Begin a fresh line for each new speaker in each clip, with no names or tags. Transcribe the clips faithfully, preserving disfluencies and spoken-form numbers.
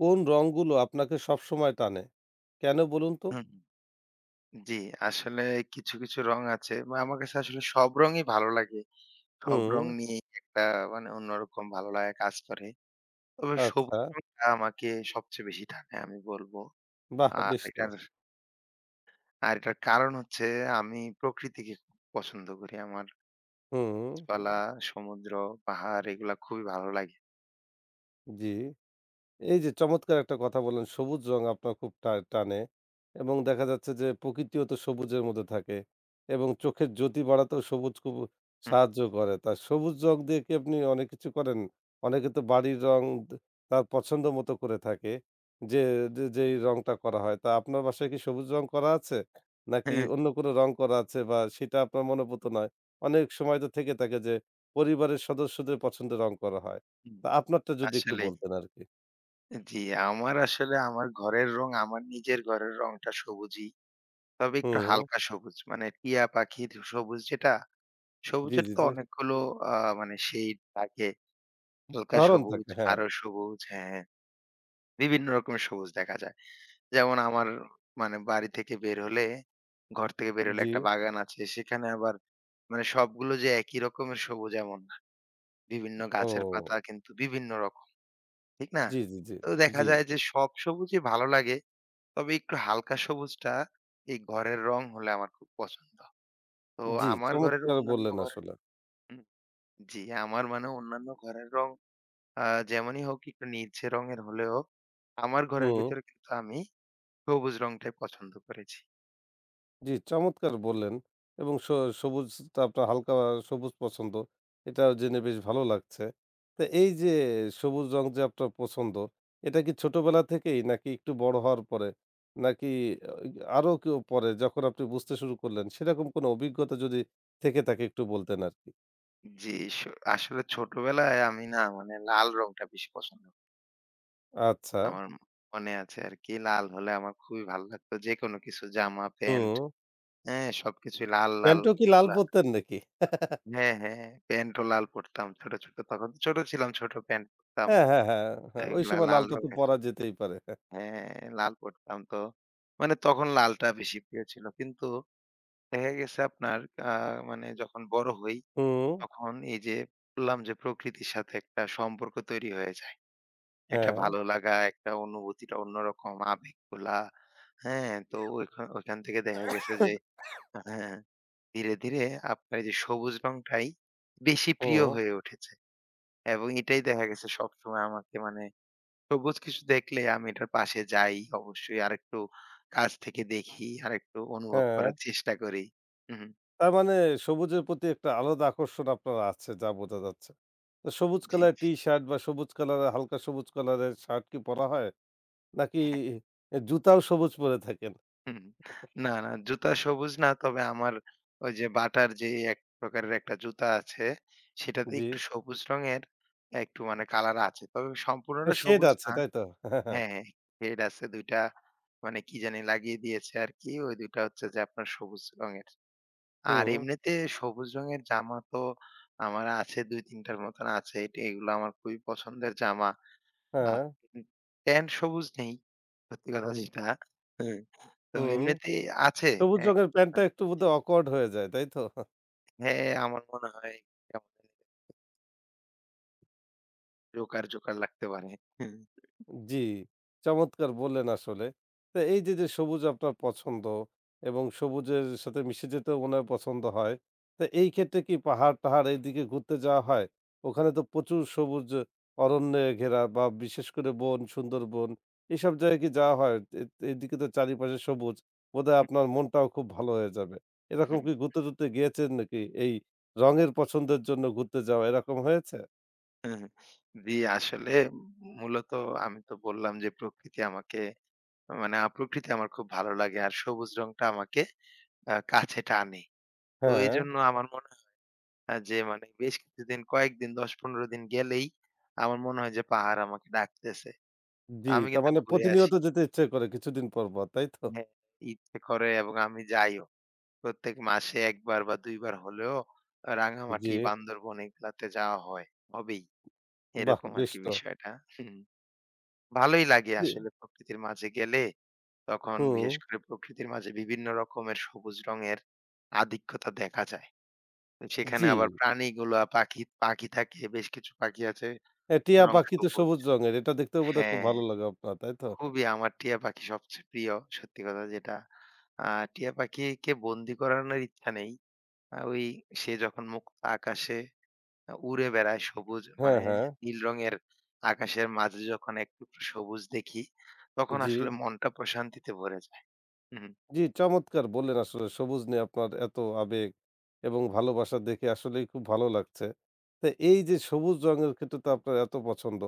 কোন রংগুলো আপনাকে সবসময় টানে? কেন বলুন তো?
হুম, জি, আসলে কিছু, কিছু রং আছে। বা আমার কাছে আসলে সব রঙই ভালো লাগে। সব
হুম,
রং নিয়ে একটা মানে অন্যরকম ভালো লাগা কাজ করে। তবে সবুজ
আচ্ছা।
রংটা আমাকে সবচেয়ে বেশি টানে আমি বলব।
বাহ!
আর
বেশ তো।
এটার আর এটার কারণ হচ্ছে আমি প্রকৃতিকে খুব পছন্দ করি। আমার
হুম,
গাছপালা, সমুদ্র, পাহাড় এগুলা খুবই ভালো লাগে।
জি। এই যে চমৎকার একটা কথা বললেন, সবুজ রং আপনার খুব টা টানে এবং দেখা যাচ্ছে যে প্রকৃতিও তো সবুজের মধ্যে থাকে এবং চোখের জ্যোতি বাড়াতেও সবুজ খুব
হুম,
সাহায্য করে। তা সবুজ রং দিয়ে কি আপনি অনেক কিছু করেন? অনেকে তো বাড়ির রং দ তার পছন্দ মতো করে থাকে যে, যে যেই রংটা করা হয়। তা আপনার বাসায় কি সবুজ রং করা আছে? নাকি
হ্যাঁ,
অন্য কোনো রং করা আছে বা সেটা আপনার মনোভূত নয়? অনেক সময় তো থেকে থাকে যে পরিবারের সদস্যদের পছন্দের রং করা হয়।
হুম,
তা আপনারটা যদি একটু
আসলেই।
বলতেন আরকি।
জি, আমার আসলে আমার ঘরের রং আমার নিজের ঘরের রংটা সবুজই। তবে একটু
হুম,
হালকা সবুজ। মানে টিয়া পাখির সবুজ যেটা,
জি,
সবুজের
জি,
তো
জি।
অনেকগুলো আ মানে শেড থাকে। হালকা
ধরন
সবুজ,
থাকে, হ্যাঁ।
গাঢ় সবুজ, হ্যাঁ, বিভিন্ন রকমের সবুজ দেখা যায়। যেমন আমার মানে বাড়ি থেকে বের হলে, ঘর থেকে বের হলে
জি।
একটা বাগান আছে। সেখানে আবার মানে সবগুলো যে একই রকমের সবুজ এমন না। বিভিন্ন গাছের
ও!
পাতা কিন্তু বিভিন্ন রকম, ঠিক না?
জি, জি, জি,
তো
জি,
দেখা যায় যে সব সবুজই ভালো লাগে। তবে একটু হালকা সবুজটা এই ঘরের রং হলে আমার খুব পছন্দ। তো
জি,
আমার ঘরের
চমৎকার
অন্যান্য
বললেন
ঘরের
আসলে।
উম জি, আমার মানে অন্যান্য ঘরের রং আ যেমনই হোক একটু নীলচে রঙের হলেও আমার ঘরের
হুম,
ভিতরে কিন্তু আমি সবুজ রংটাই পছন্দ করেছি।
জি, চমৎকার বললেন এবং স সবুজটা আপনার হালকা সবুজ পছন্দ। এটাও জেনে বেশ ভালো লাগছে। তো এই যে সবুজ রং যে আপনার পছন্দ, এটা কি ছোটবেলা থেকেই নাকি একটু বড় হওয়ার পরে? নাকি আ আরো কেউ পরে যখন আপনি বুঝতে শুরু করলেন সেরকম কোনো অভিজ্ঞতা যদি থেকে থাকে একটু বলতেন আরকি?
জি, স আসলে ছোটবেলায় আমি না মানে লাল রংটা বেশি পছন্দ করতাম।
আচ্ছা,
আমার মনে আছে আরকি লাল হলে আমার খুবই ভালো লাগতো। যেকোনো কিছু জামা, প্যান্ট,
হুম।
হ্যাঁ? সবকিছুই লাল, লাল
প্যান্ট ও কি লাল
এগুলা
পরতেন নাকি?
হ্যাঁ, হ্যাঁ। প্যান্টও লাল পড়তাম ছোট, ছোট। তখন তো ছোট ছিলাম, ছোট প্যান্ট পড়তাম।
হ্যাঁ, হ্যাঁ, হ্যাঁ, হ্যাঁ। ওই
এগুলা
সময়
লাল
লালটা তো
রঙের।
পরা যেতেই পারে। হ্যাঁ।
হ্যাঁ, লাল পড়তাম তো। মানে তখন লালটা বেশি প্রিয় ছিল। কিন্তু দেখা গেছে আপনার আ মানে যখন বড় হই,
হুম,
তখন এই যে বললাম যে প্রকৃতির সাথে একটা সম্পর্ক তৈরি হয়ে যায়। একটা
হ্যাঁ।
ভালো লাগা, একটা অনুভূতিটা অন্যরকম আবেগগুলা, হ্যাঁ? তো ওইখান ওইখান থেকে দেখা গেছে যে হ্যাঁ, ধীরে, ধীরে আপনার এই যে সবুজ রংটাই বেশি প্রিয়
হুম,
হয়ে উঠেছে। এবং এটাই দেখা গেছে সবসময় আমাকে মানে সবুজ কিছু দেখলে আমি এটার পাশে যাই অবশ্যই। আরেকটু কাছ থেকে দেখি, আরেকটু অনুভব
হ্যাঁ।
করার চেষ্টা করি। হুম,
তার মানে সবুজের প্রতি একটা আলাদা আকর্ষণ আপনার আছে যা বোঝা যাচ্ছে। তো সবুজ
জি।
কালার টি-শার্ট বা সবুজ কালারের হালকা সবুজ কালারের শার্ট কি পরা হয়? নাকি
হ্যাঁ,
এ জুতাও সবুজ পরে থাকেন?
হুম। না, না জুতা সবুজ না। তবে আমার ওই যে বাটার যে এক প্রকারের একটা জুতা আছে, সেটাতে
জি।
একটু সবুজ রঙের একটু মানে কালার আছে। তবে
তো
সম্পূর্ণটা
শেড
সবুজ
আছে
না।
তাই তো? হ্যাঁ, হ্যাঁ।
হ্যাঁ, হ্যাঁ। শেড আছে দুই টা মানে কি জানি লাগিয়ে দিয়েছে আরকি। ওই দুই টা হচ্ছে যে আপনার সবুজ রঙের। আর
হুম,
এমনিতে সবুজ রঙের জামা তো আমার আছে দুই তিন টার মতন আছে। এটি এগুলো আমার খুবই পছন্দের জামা।
হ্যাঁ,
আর প্যান্ট সবুজ নেই, সত্যি কথা যেটা। হ্যাঁ, তো
হুম।
এমনিতেই আছে।
সবুজ
এক
রঙের প্যান্টটা একটু বোধহয় awkward হয়ে যায়, তাই তো?
হ্যাঁ, আমার মনে হয় কেমন জানি জোকার, জোকার লাগতে পারে। হুম,
জি, চমৎকার বললেন আসলে। তো এই যে, যে সবুজ আপনার পছন্দ এবং সবুজের সাথে মিশে যেতেও মনে হয় পছন্দ হয়। তো এই ক্ষেত্রে কি পাহাড়-টাহাড় এইদিকে ঘুরতে যাওয়া হয়? ওখানে তো প্রচুর সবুজ অরণ্যে ঘেরা বা বিশেষ করে বন, সুন্দরবন এসব জায়গায় কি যাওয়া হয়? এ এদিকে তো চারিপাশে সবুজ। বোধহয় আপনার মনটাও খুব ভালো হয়ে যাবে। এরকম
হুম,
কি ঘুরতে-টুরতে গিয়েছেন নাকি? এই রঙের পছন্দের জন্য ঘুরতে যাওয়া এরকম হয়েছে?
হুম। জি, আসলে মূলত আমি তো বললাম যে প্রকৃতি আমাকে মানে আ প্রকৃতি আমার খুব ভালো লাগে। আর সবুজ রংটা আমাকে আ কাছে টানে। তো
হ্যাঁ।
এইজন্য আমার মনে আ যে মানে বেশ কিছুদিন কয়েকদিন দশ পনেরো দিন গেলেই আমার মনে হয় যে পাহাড় আমাকে ডাকতেছে। তা
জি,
আমি
তার
কিন্তু
মানে
ঘুরে
প্রতিনিয়ত
আসি।
যেতে ইচ্ছে করে কিছুদিন পর, পর। তাই তো?
হ্যাঁ, ইচ্ছে করে এবং আমি যাইও। প্রত্যেক মাসে এক বার বা দুই বার হলেও আ
জি।
রাঙামাটি, বান্দরবন এগুলাতে যাওয়া হয়। হবেই।
বাহ!
এরকম
বেশ
আরকি
তো।
বিষয়টা। হুম। ভালোই লাগে
জি,
আসলে প্রকৃতির মাঝে গেলে তখন
হুম,
বিশেষ করে প্রকৃতির মাঝে বিভিন্ন রকমের সবুজ রঙের আধিক্যতা দেখা যায়। তো সেখানে
জি।
আবার প্রাণীগুলা পাখি, পাখি থাকে। বেশ কিছু পাখি আছে
এ টিয়া
রং
পাখি তো
সবুজ।
সবুজ রঙের। এটা দেখতেও বোধহয় খুব
হ্যাঁ,
ভালো লাগে আপনার, তাই তো?
খুবই আমার টিয়া পাখি সবচেয়ে প্রিয়। সত্যি কথা যেটা। আ টিয়া পাখিকে বন্দি করানোর ইচ্ছা নেই। আ ওই সে যখন মুক্ত আকাশে আ উড়ে বেড়ায় সবুজ
হ্যাঁ,
মানে
হ্যাঁ।
নীল রঙের আকাশের মাঝে যখন এক টুকরো সবুজ দেখি, তখন
জি।
আসলে মনটা প্রশান্তিতে ভরে যায়। হুম,
জি, চমৎকার বললেন আসলে সবুজ নিয়ে আপনার এত আবেগ এবং ভালোবাসা দেখে আসলেই খুব ভালো লাগছে। তো এই যে সবুজ রঙের ক্ষেত্রে তো আপনার এত পছন্দ।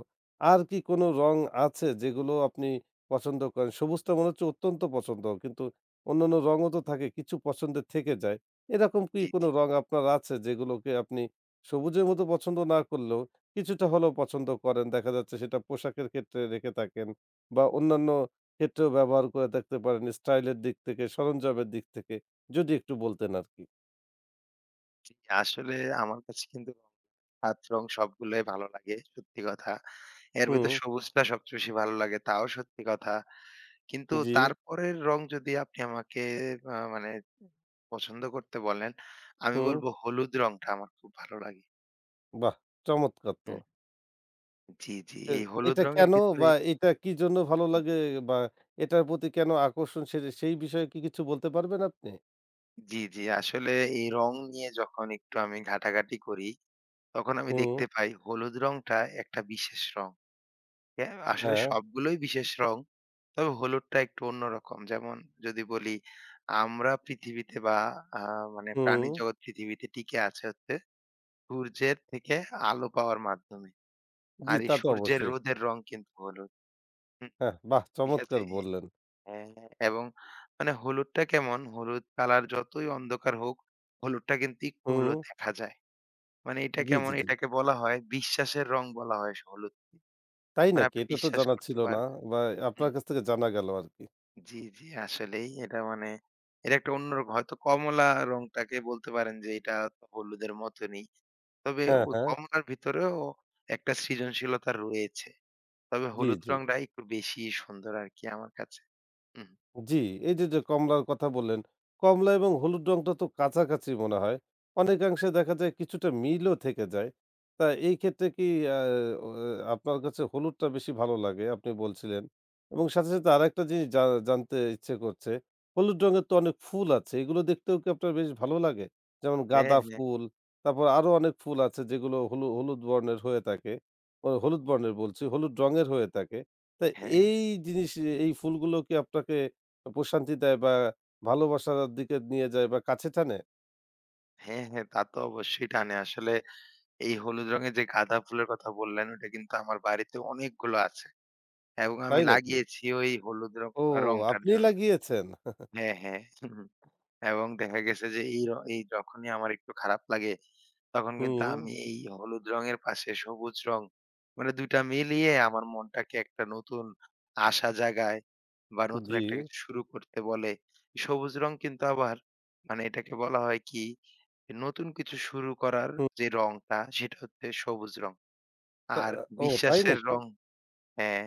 আর কি কোনো রং আছে যেগুলো আপনি পছন্দ করেন? সবুজটা মনে হচ্ছে অত্যন্ত পছন্দ কিন্তু অন্যান্য রঙও তো থাকে কিছু পছন্দের থেকে যায়। এরকম কি
জি,
কোনো
জি,
রং আপনার আছে যেগুলোকে আপনি সবুজের মতো পছন্দ না করলেও কিছুটা হলেও পছন্দ করেন? দেখা যাচ্ছে সেটা পোশাকের ক্ষেত্রে রেখে থাকেন বা অন্যান্য ক্ষেত্রেও ব্যবহার করে থাকতে পারেন স্টাইলের দিক থেকে, সরঞ্জামের দিক থেকে। যদি একটু বলতেন আরকি।
জি। আসলে আমার কাছে কিন্তু সাত রং সবগুলোই ভালো লাগে, সত্যি কথা। এর ভেতর
হুম,
সবুজটা সবচেয়ে বেশি ভালো লাগে, তাও সত্যি কথা। কিন্তু
জি,
তারপরের রং যদি আপনি আমাকে আ মানে পছন্দ করতে বলেন, আমি
হুম।
বলবো হলুদ রংটা আমার খুব ভালো লাগে।
বাহ! চমৎকার তো।
হুম। জি, জি।
এ
এই হলুদ
এটা
রঙের
কেন
ভিতরে
বা এটা কি জন্য ভালো লাগে বা এটার প্রতি কেন আকর্ষণ সে সেই বিষয়ে কি কিছু বলতে পারবেন আপনি?
জি, জি। আসলে এই রং নিয়ে যখন একটু আমি ঘাটাঘাটি করি, তখন আমি
হুম,
দেখতে পাই হলুদ রংটা একটা বিশেষ রং। অ্যা আসলে
হ্যাঁ,
সবগুলোই বিশেষ রং। তবে হলুদটা একটু অন্যরকম। যেমন যদি বলি আমরা পৃথিবীতে বা আ মানে
হুম।
প্রাণী জগৎ পৃথিবীতে টিকে আছে হচ্ছে সূর্যের থেকে আলো পাওয়ার মাধ্যমে।
জি,
আর এই
তা তো
সূর্যের
অবশ্যই।
রোদের রং কিন্তু হলুদ। হুম,
হ্যাঁ, বাহ!
ঠিক আছে?
চমৎকার বললেন।
হ্যাঁ, এবং মানে হলুদটা কেমন? হলুদ কালার যতই অন্ধকার হোক, হলুদটা কিন্তু একটু
হুম,
হলেও দেখা যায়। মানে এটা
জি,
কেমন?
জি, জি।
এটাকে বলা হয় বিশ্বাসের রং বলা হয় স হলুদকে।
তাই
মানে
নাকি?
আপনি
এটা তো
বিশ্বাস
জানা
করতে
ছিল না
পারবেন।
বা আপনার
হুম,
কাছ থেকে জানা গেল আরকি।
জি, জি, আসলেই এটা মানে এটা একটা অন্যরকম হয়তো কমলা রংটাকে বলতে পারেন যে এটা তো হলুদের মতনই। তবে
হ্যাঁ,
ওই
হ্যাঁ।
কমলার ভিতরেও একটা সৃজনশীলতা রয়েছে। তবে
জি,
হলুদ
জি।
রংটা একটু বেশিই সুন্দর আরকি আমার কাছে। হুম।
জি, এই যে, যে, কমলার কথা বললেন, কমলা এবং হলুদ রংটা তো কাছাকাছি মনে হয়। অনেকাংশে দেখা যায় কিছুটা মিলও থেকে যায়। তা এই ক্ষেত্রে কি আ ও আপনার কাছে হলুদটা বেশি ভালো লাগে আপনি বলছিলেন। এবং সাথে, সাথে, আরেকটা জিনিস জা জানতে ইচ্ছে করছে। হলুদ রঙের তো অনেক ফুল আছে। এগুলো দেখতেও কি আপনার বেশ ভালো লাগে? যেমন
হ্যাঁ,
গাঁদা
হ্যাঁ,
ফুল, তারপর আরো অনেক ফুল আছে যেগুলো হলু হলুদ বর্ণের হয়ে থাকে। ও, হলুদ বর্ণের বলছি, হলুদ রঙের হয়ে থাকে। তা
হ্যাঁ,
এই জিনিস এই ফুলগুলো কি আপনাকে প্রশান্তি দেয় বা ভালোবাসার দিকে নিয়ে যায় বা কাছে টানে।
হ্যাঁ, হ্যাঁ, তা তো অবশ্যই টানে। আসলে এই হলুদ রঙের যে গাঁদা ফুলের কথা বললেন, ওটা কিন্তু আমার বাড়িতে অনেকগুলো আছে। এবং আমি
তাই নাকি?
লাগিয়েছি ওই হলুদ রং
ও,
রংটার
আপনি
জন্য।
লাগিয়েছেন?
হ্যাঁ, হ্যাঁ। হুম। এবং দেখা গেছে যে এই র এই যখনই আমার একটু খারাপ লাগে তখন কিন্তু
হুম,
আমি এই হলুদ রঙের পাশে সবুজ রং মানে দুই টা মিলিয়ে আমার মনটাকে একটা নতুন আশা জাগায় বা নতুন
জি।
একটা কিছু শুরু করতে বলে। সবুজ রং কিন্তু আবার মানে এটাকে বলা হয় কি নতুন কিছু শুরু করার
হুম,
যে রংটা সেটা হচ্ছে সবুজ রং।
তা
আর
ও তাই
বিশ্বাসের
নাকি?
রং হ্যাঁ,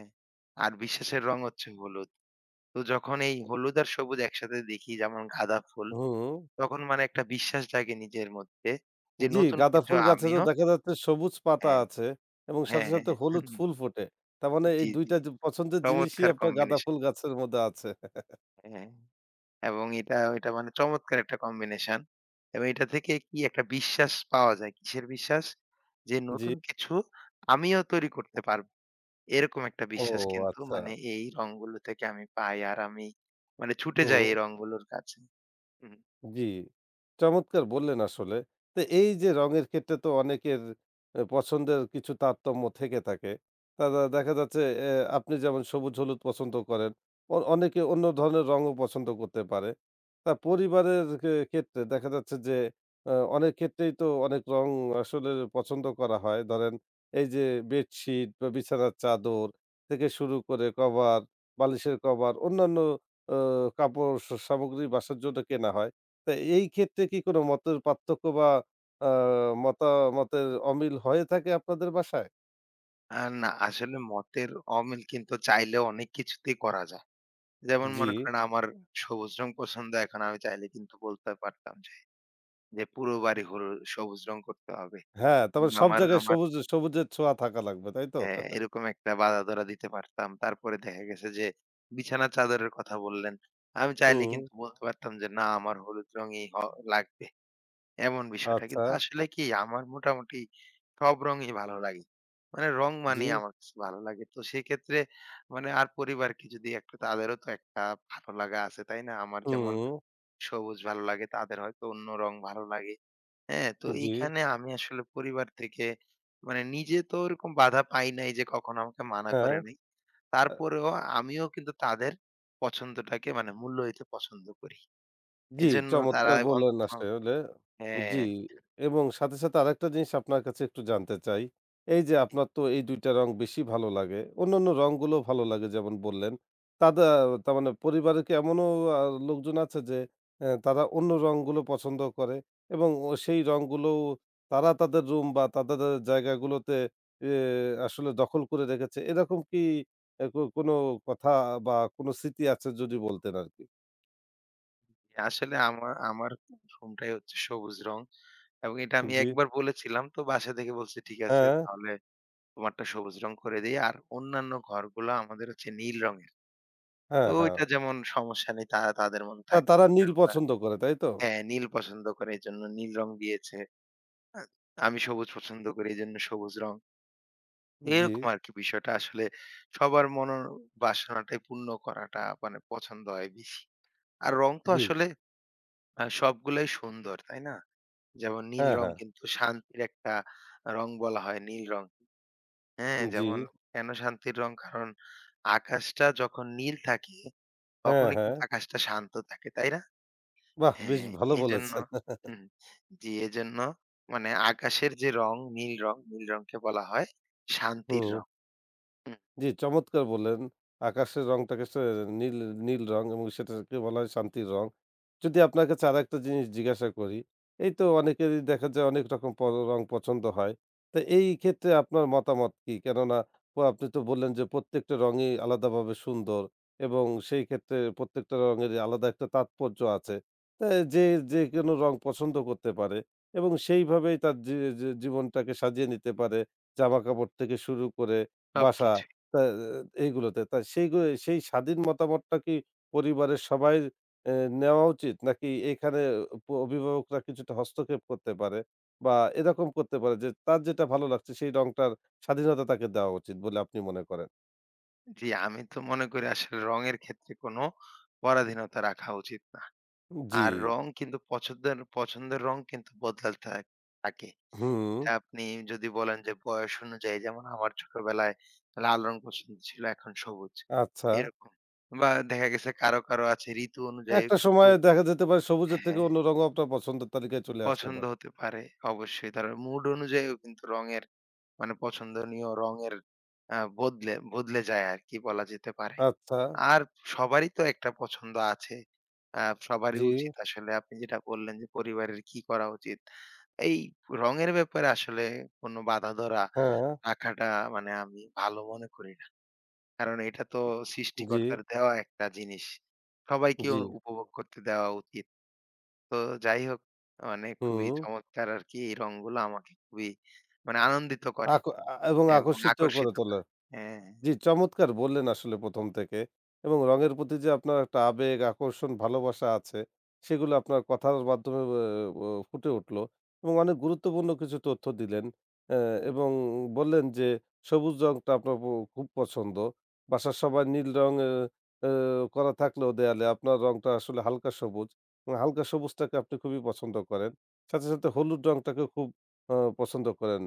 আর বিশ্বাসের রং হচ্ছে হলুদ। তো যখন এই হলুদ আর সবুজ একসাথে দেখি যেমন গাঁদা ফুল
হুম,
তখন মানে একটা বিশ্বাস জাগে নিজের মধ্যে যে
জি,
নতুন
গাঁদা
কিছু
ফুল গাছে তো
আমিও
দেখা যাচ্ছে সবুজ পাতা
হ্যাঁ।
আছে এবং সাথে,
হ্যাঁ,
সাথে
হ্যাঁ।
হলুদ
হুম,
ফুল ফোটে। তার মানে এই
জি,
দুই
জি।
টা যে পছন্দের জিনিসই
চমৎকার
আপনার গাঁদা
কম্বিনেশন।
ফুল গাছের মধ্যে আছে।
হ্যাঁ। এবং এটা এটা মানে চমৎকার একটা কম্বিনেশন। এবং এটা থেকে কি একটা বিশ্বাস পাওয়া যায়। কিসের বিশ্বাস? যে
জি।
নতুন কিছু আমিও তৈরি করতে পারবো। এরকম একটা
ও,
বিশ্বাস কিন্তু
আচ্ছা।
মানে এই রংগুলো থেকে আমি পাই। আর আমি মানে ছুটে যাই
হুম।
এই রংগুলোর কাছে। হুম।
জি, চমৎকার বললেন আসলে। তো এই যে রঙের ক্ষেত্রে তো অনেকের এ পছন্দের কিছু তারতম্য থেকে থাকে। তা দা দেখা যাচ্ছে এ আপনি যেমন সবুজ-হলুদ পছন্দ করেন, অ অনেকে অন্য ধরনের রঙও পছন্দ করতে পারে। তা পরিবারের খে ক্ষেত্রে দেখা যাচ্ছে যে আ অনেক ক্ষেত্রেই তো অনেক রং আসলে পছন্দ করা হয়। ধরেন এই যে বেডশিট বা বিছানার চাদর থেকে শুরু করে কভার, বালিশের কভার, অন্যান্য আ কাপড় স সামগ্রী বাসার জন্য কেনা হয়। তা এই ক্ষেত্রে কি কোনো মতের পার্থক্য বা আ মতামতের অমিল হয়ে থাকে আপনাদের বাসায়?
আ না আসলে মতের অমিল কিন্তু চাইলেও অনেক কিছুতেই করা যায়। যেমন
জি।
মনে করেন আমার সবুজ রং পছন্দ, এখন আমি চাইলে কিন্তু বলতে পারতাম যে যে পুরো বাড়ি হলুদ সবুজ রং করতে হবে।
হ্যাঁ, তারপরে সব
আমার
জায়গায়
আমার
সবুজ সবুজের ছোঁয়া থাকা লাগবে, তাই তো?
হ্যাঁ, এরকম একটা বাঁধা ধরা দিতে পারতাম। তারপরে দেখা গেছে যে বিছানার চাদরের কথা বললেন। আমি চাইলে
হুম,
কিন্তু বলতে পারতাম যে না আমার হলুদ রঙই হ লাগবে। এমন বিষয়টা।
আচ্ছা,
কিন্তু আসলে কি আমার মোটামুটি সব রঙই ভালো লাগে। মানে রং
জি,
মানেই আমার কাছে ভালো লাগে। তো সেক্ষেত্রে মানে আর পরিবারকে যদি একটা তাদেরও তো একটা ভালো লাগা আছে, তাই না? আমার যেমন
হুম,
সবুজ ভালো লাগে, তাদের হয়তো অন্য রং ভালো লাগে। হ্যাঁ, তো
জি,
এইখানে আমি আসলে পরিবার থেকে মানে নিজে তো ওরকম বাধা পাই নাই যে কখনো আমাকে মানা
হ্যাঁ।
করে নাই। তারপরেও আমিও কিন্তু তাদের পছন্দটাকে মানে মূল্য দিতে পছন্দ করি।
জি,
এজন্য তারা
চমৎকার
আচ্ছা।
বললেন
অন্তত
আসলে। জি,
হ্যাঁ,
এবং সাথে, সাথে আরেকটা জিনিস আপনার কাছে একটু জানতে চাই। এই যে আপনার তো এই দুই টা রং বেশি ভালো লাগে। অন্যান্য রংগুলোও ভালো লাগে যেমন বললেন। তাদা তার মানে পরিবারে কি এমনও আ লোকজন আছে যে এ তারা অন্য রংগুলো পছন্দ করে এবং ও সেই রংগুলোও তারা তাদের রুম বা তাদের আ জায়গাগুলোতে এ আসলে দখল করে রেখেছে। এরকম কি এ কো কোনো কথা বা কোনো স্মৃতি আছে যদি বলতেন আরকি?
আসলে আমার আমার রুমটাই হচ্ছে সবুজ রং এবং এটা আমি
জি,
একবার বলেছিলাম তো বাসা থেকে বলছে, "ঠিক আছে
হ্যাঁ।
তাহলে তোমারটা সবুজ রং করে দেই।" আর অন্যান্য ঘরগুলা আমাদের হচ্ছে নীল রঙের।
হ্যাঁ,
তো
হ্যাঁ।
ওইটা যেমন সমস্যা নেই তা তাদের মধ্যে
তা
থাক
তারা নীল পছন্দ করে, তাই তো?
হ্যাঁ, নীল পছন্দ করে এজন্য নীল রং দিয়েছে। আ আমি সবুজ পছন্দ করি এজন্য সবুজ রং।
জি,
এরকম আরকি বিষয়টা, আসলে সবার মনের বাসনাটাই পূর্ণ করাটা মানে পছন্দ হয় বেশি। আর রং তো
জি।
আসলে আ সবগুলাই সুন্দর, তাই না? যেমন নীল
হ্যাঁ,
রং
হ্যাঁ।
কিন্তু শান্তির একটা রং বলা হয় নীল রং। হ্যাঁ,
জি।
যেমন কেন শান্তির রং? কারণ আকাশটা যখন নীল থাকে
হ্যাঁ,
তখনই
হ্যাঁ।
কিন্তু আকাশটা শান্ত থাকে, তাই না?
বাহ! বেশ
হ্যাঁ,
ভালো
এজন্য
বলেছেন।
হুম, জি, এজন্য মানে আকাশের যে রং, নীল রং, নীল রংকে বলা হয় শান্তির
হুম।
রং। হুম,
জি, চমৎকার বললেন। আকাশের রংটাকে সে নীল, নীল রং এবং সেটাকে বলা হয় শান্তির রং। যদি আপনার কাছে আরেকটা জিনিস জিজ্ঞাসা করি, এই তো অনেকেরই দেখা যায় অনেক রকম প রং পছন্দ হয়। তো এই ক্ষেত্রে আপনার মতামত কি? কেননা প আপনি তো বললেন যে প্রত্যেকটা রঙই আলাদাভাবে সুন্দর এবং সেই ক্ষেত্রে প্রত্যেকটা রঙেরই আলাদা একটা তাৎপর্য আছে। তা যে, যে কোনো রং পছন্দ করতে পারে এবং সেইভাবেই তার জী জী জীবনটাকে সাজিয়ে নিতে পারে। জামাকাপড় থেকে শুরু করে বাসা
সবকিছুই।
তা এইগুলোতে। তা সেইগু সেই স্বাধীন মতামতটা কি পরিবারের সবাই এ নেওয়া উচিত? নাকি এখানে প অভিভাবকরা কিছুটা হস্তক্ষেপ করতে পারে? বা এরকম করতে পারে যে তার যেটা ভালো লাগছে সেই রংটার স্বাধীনতা তাকে দেওয়া উচিত বলে আপনি মনে করেন?
জি, আমি তো মনে করি আসলে রঙের ক্ষেত্রে কোনো পরাধীনতা রাখা উচিত না।
জি,
আর রং কিন্তু পছন্দের পছন্দের রং কিন্তু বদলাতে থাক থাকে।
হুম,
এটা আপনি যদি বলেন যে বয়স অনুযায়ী যেমন আমার ছোটবেলায় লাল রং পছন্দ ছিল, এখন সবুজ।
আচ্ছা।
এরকম। বা দেখা গেছে কারো, কারো আছে ঋতু অনুযায়ী
একটা
কিন্তু
সময়ে দেখা যেতে পারে সবুজের থেকে
হ্যাঁ।
অন্য রঙও আপনার পছন্দের তালিকায় চলে আসতে
পছন্দ
পারে।
হতে পারে অবশ্যই। তার মুড অনুযায়ীও কিন্তু রঙের মানে পছন্দনীয় রঙের আ বদলে বদলে যায় আরকি বলা যেতে পারে।
আচ্ছা,
আর সবারই তো একটা পছন্দ আছে। আ সবারই
জি,
উচিত আসলে আপনি যেটা বললেন যে পরিবারের কি করা উচিত। এই রঙের ব্যাপারে আসলে কোনো বাঁধা ধরা
হ্যাঁ,
রাখাটা মানে আমি ভালো মনে করি না। কারণ এটা তো
জি,
সৃষ্টিকর্তার দেওয়া একটা জিনিস। সবাইকে
জি,
অনু উপভোগ করতে দেওয়া উচিত। তো যাই হোক মানে খুবই
হুম।
চমৎকার আরকি এই রংগুলো আমাকে খুবই মানে আনন্দিত করে
আক আ এবং
এবং
আকর্ষিতও করে
আকর্ষিত
তোলে।
করে। হ্যাঁ।
জি, চমৎকার বললেন আসলে প্রথম থেকে এবং রঙের প্রতি যে আপনার একটা আবেগ, আকর্ষণ, ভালোবাসা আছে সেগুলো আপনার কথার মাধ্যমে অ অ ফুটে উঠলো এবং অনেক গুরুত্বপূর্ণ কিছু তথ্য দিলেন। অ্যা এবং বললেন যে সবুজ রংটা আপনার প খুব পছন্দ। বাসার সবাই নীল রং অ্যা অ্যা করা থাকলেও দেয়ালে আপনার রংটা আসলে হালকা সবুজ এবং হালকা সবুজটাকে আপনি খুবই পছন্দ করেন। সাথে, সাথে হলুদ রংটাকেও খুব অ পছন্দ করেন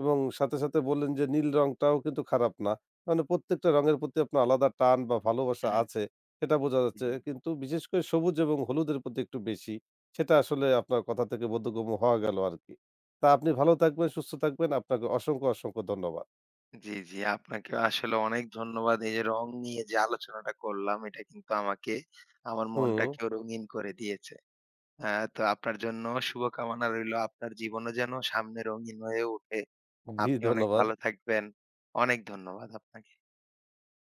এবং সাথে, সাথে বললেন যে নীল রংটাও কিন্তু খারাপ না। মানে প্রত্যেকটা রঙের প্রতি আপনার আলাদা টান বা ভালোবাসা
হুম,
আছে, সেটা বোঝা যাচ্ছে।
হুম।
কিন্তু বিশেষ করে সবুজ এবং হলুদের প্রতি একটু বেশি। সেটা আসলে আপনার কথা থেকে বোধগম্য হওয়া গেল আরকি। তা আপনি ভালো থাকবেন, সুস্থ থাকবেন। আপনাকে অসংখ্য, অসংখ্য ধন্যবাদ।
জি, জি। আপনাকে আসলে অনেক ধন্যবাদ। এই যে রং নিয়ে যে আলোচনাটা করলাম এটা কিন্তু আমাকে আমার
হুম,
মনটাকেও রঙিন করে দিয়েছে। আ তো আপনার জন্য শুভকামনা রইলো। আপনার জীবনও যেন সামনে রঙিন হয়ে ওঠে।
জি
আপনি অনেক
ধন্যবাদ।
ভালো থাকবেন। অনেক ধন্যবাদ আপনাকে।